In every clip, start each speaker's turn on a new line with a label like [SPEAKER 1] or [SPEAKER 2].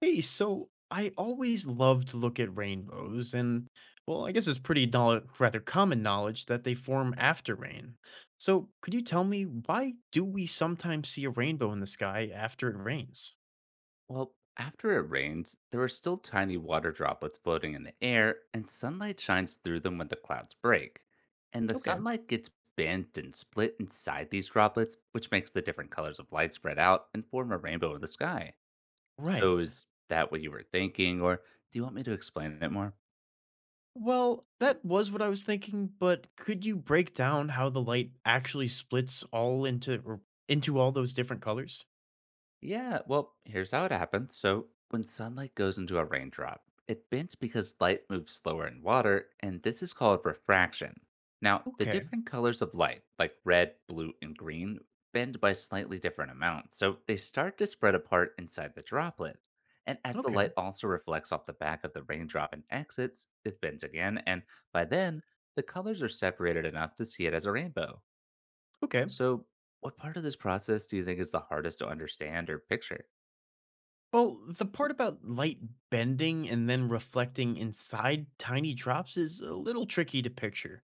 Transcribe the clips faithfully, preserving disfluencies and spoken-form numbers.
[SPEAKER 1] Hey, so I always love to look at rainbows, and well, I guess it's pretty knowl- rather common knowledge that they form after rain. So, could you tell me why do we sometimes see a rainbow in the sky after it rains?
[SPEAKER 2] Well, after it rains, there are still tiny water droplets floating in the air, and sunlight shines through them when the clouds break. And the
[SPEAKER 1] Okay.
[SPEAKER 2] sunlight gets bent and split inside these droplets, which makes the different colors of light spread out and form a rainbow in the sky. So,
[SPEAKER 1] Right.
[SPEAKER 2] is that what you were thinking, or do you want me to explain it more?
[SPEAKER 1] Well, that was what I was thinking, but could you break down how the light actually splits all into or into all those different colors?
[SPEAKER 2] Yeah, well, here's how it happens. So, when sunlight goes into a raindrop, it bends because light moves slower in water, and this is called refraction. Now, the
[SPEAKER 1] Okay.
[SPEAKER 2] different colors of light, like red, blue, and green, bend by slightly different amounts, so they start to spread apart inside the droplet. And as the
[SPEAKER 1] Okay.
[SPEAKER 2] light also reflects off the back of the raindrop and exits, it bends again, and by then, the colors are separated enough to see it as a rainbow.
[SPEAKER 1] Okay.
[SPEAKER 2] So, what part of this process do you think is the hardest to understand or picture?
[SPEAKER 1] Well, the part about light bending and then reflecting inside tiny drops is a little tricky to picture.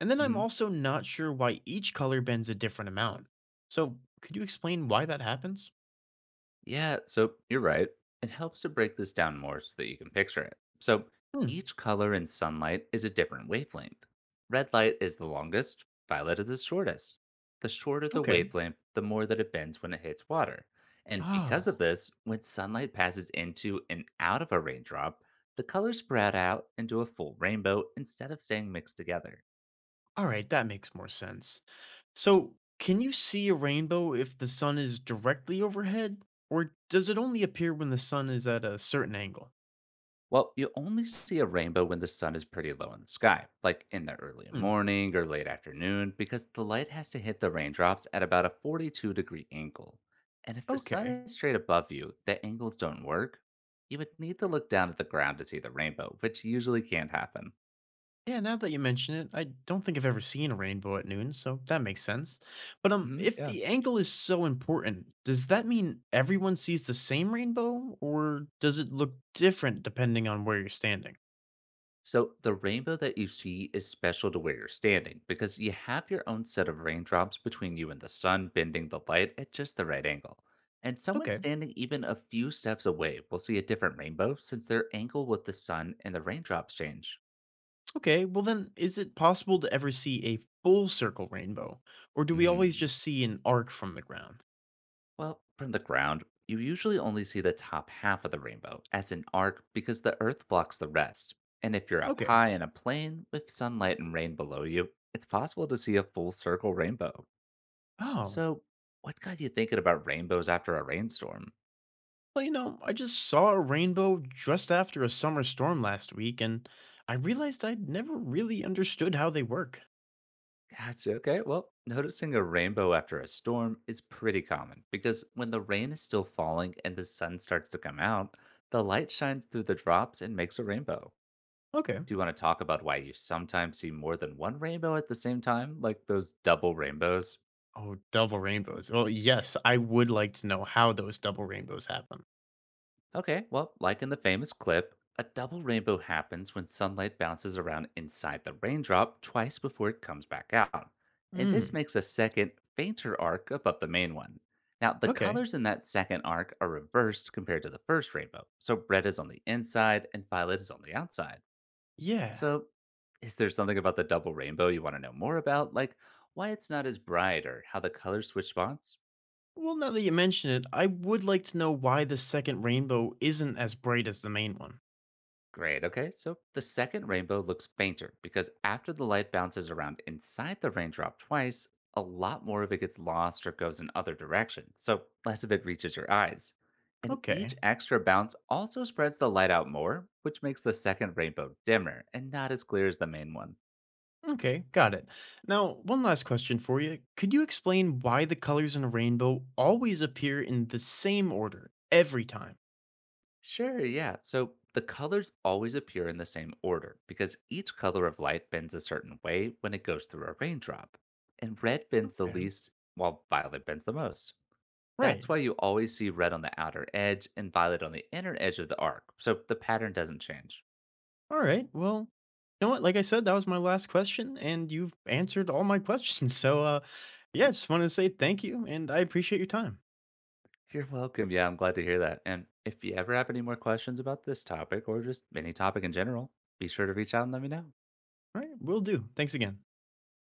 [SPEAKER 1] And then I'm
[SPEAKER 2] Hmm.
[SPEAKER 1] also not sure why each color bends a different amount. So, could you explain why that happens?
[SPEAKER 2] Yeah, so you're right. It helps to break this down more so that you can picture it. So
[SPEAKER 1] Hmm,
[SPEAKER 2] each color in sunlight is a different wavelength. Red light is the longest, violet is the shortest. The shorter the
[SPEAKER 1] okay.
[SPEAKER 2] wavelength, the more that it bends when it hits water. And because
[SPEAKER 1] Ah,
[SPEAKER 2] of this, when sunlight passes into and out of a raindrop, the colors spread out into a full rainbow instead of staying mixed together.
[SPEAKER 1] all right, that makes more sense. So, can you see a rainbow if the sun is directly overhead? Or does it only appear when the sun is at a certain angle?
[SPEAKER 2] Well, you only see a rainbow when the sun is pretty low in the sky, like in the early
[SPEAKER 1] Hmm,
[SPEAKER 2] morning or late afternoon, because the light has to hit the raindrops at about a forty-two degree angle. And if the sun
[SPEAKER 1] okay.
[SPEAKER 2] is straight above you, the angles don't work. You would need to look down at the ground to see the rainbow, which usually can't happen.
[SPEAKER 1] Yeah, now that you mention it, I don't think I've ever seen a rainbow at noon, so that makes sense. But um
[SPEAKER 2] Hmm.
[SPEAKER 1] if
[SPEAKER 2] Yeah.
[SPEAKER 1] the angle is so important, does that mean everyone sees the same rainbow or does it look different depending on where you're standing?
[SPEAKER 2] So, the rainbow that you see is special to where you're standing because you have your own set of raindrops between you and the sun, bending the light at just the right angle. And someone
[SPEAKER 1] Okay.
[SPEAKER 2] standing even a few steps away will see a different rainbow since their angle with the sun and the raindrops change.
[SPEAKER 1] Okay. Well then, is it possible to ever see a full circle rainbow or do we always
[SPEAKER 2] Mm.
[SPEAKER 1] just see an arc from the ground?
[SPEAKER 2] Well, from the ground, you usually only see the top half of the rainbow as an arc because the earth blocks the rest. And if you're up
[SPEAKER 1] Okay.
[SPEAKER 2] high in a plane with sunlight and rain below you, it's possible to see a full circle rainbow.
[SPEAKER 1] Oh.
[SPEAKER 2] So, what got you thinking about rainbows after a rainstorm?
[SPEAKER 1] Well, you know, I just saw a rainbow just after a summer storm last week and I realized I'd never really understood how they work.
[SPEAKER 2] Gotcha. Okay. Well, noticing a rainbow after a storm is pretty common because when the rain is still falling and the sun starts to come out, the light shines through the drops and makes a rainbow.
[SPEAKER 1] Okay.
[SPEAKER 2] Do you want to talk about why you sometimes see more than one rainbow at the same time, like those double rainbows?
[SPEAKER 1] Oh, double rainbows. Oh, yes, I would like to know how those double rainbows happen.
[SPEAKER 2] Okay, well, like in the famous clip, a double rainbow happens when sunlight bounces around inside the raindrop twice before it comes back out. And this
[SPEAKER 1] Mm,
[SPEAKER 2] makes a second, fainter arc above the main one. Now, the
[SPEAKER 1] okay.
[SPEAKER 2] colors in that second arc are reversed compared to the first rainbow. So, red is on the inside and violet is on the outside.
[SPEAKER 1] Yeah.
[SPEAKER 2] So, is there something about the double rainbow you want to know more about? Like why it's not as bright or how the colors switch spots?
[SPEAKER 1] Well, now that you mention it, I would like to know why the second rainbow isn't as bright as the main one.
[SPEAKER 2] Great. Okay. So the second rainbow looks fainter because after the light bounces around inside the raindrop twice, a lot more of it gets lost or goes in other directions. So less of it reaches your eyes. And each
[SPEAKER 1] Okay.
[SPEAKER 2] extra bounce also spreads the light out more, which makes the second rainbow dimmer and not as clear as the main one.
[SPEAKER 1] Okay, got it. Now, one last question for you. Could you explain why the colors in a rainbow always appear in the same order every time?
[SPEAKER 2] Sure. Yeah. So the colors always appear in the same order because each color of light bends a certain way when it goes through a raindrop. And red bends the
[SPEAKER 1] Okay.
[SPEAKER 2] least while violet bends the most.
[SPEAKER 1] Right.
[SPEAKER 2] That's why you always see red on the outer edge and violet on the inner edge of the arc, so the pattern doesn't change.
[SPEAKER 1] All right. Well, you know what? Like I said, that was my last question, and you've answered all my questions. So, uh, yeah, just wanted to say thank you, and I appreciate your time.
[SPEAKER 2] You're welcome. Yeah, I'm glad to hear that. And if you ever have any more questions about this topic or just any topic in general, be sure to reach out and let me know.
[SPEAKER 1] All right. Will do. Thanks again.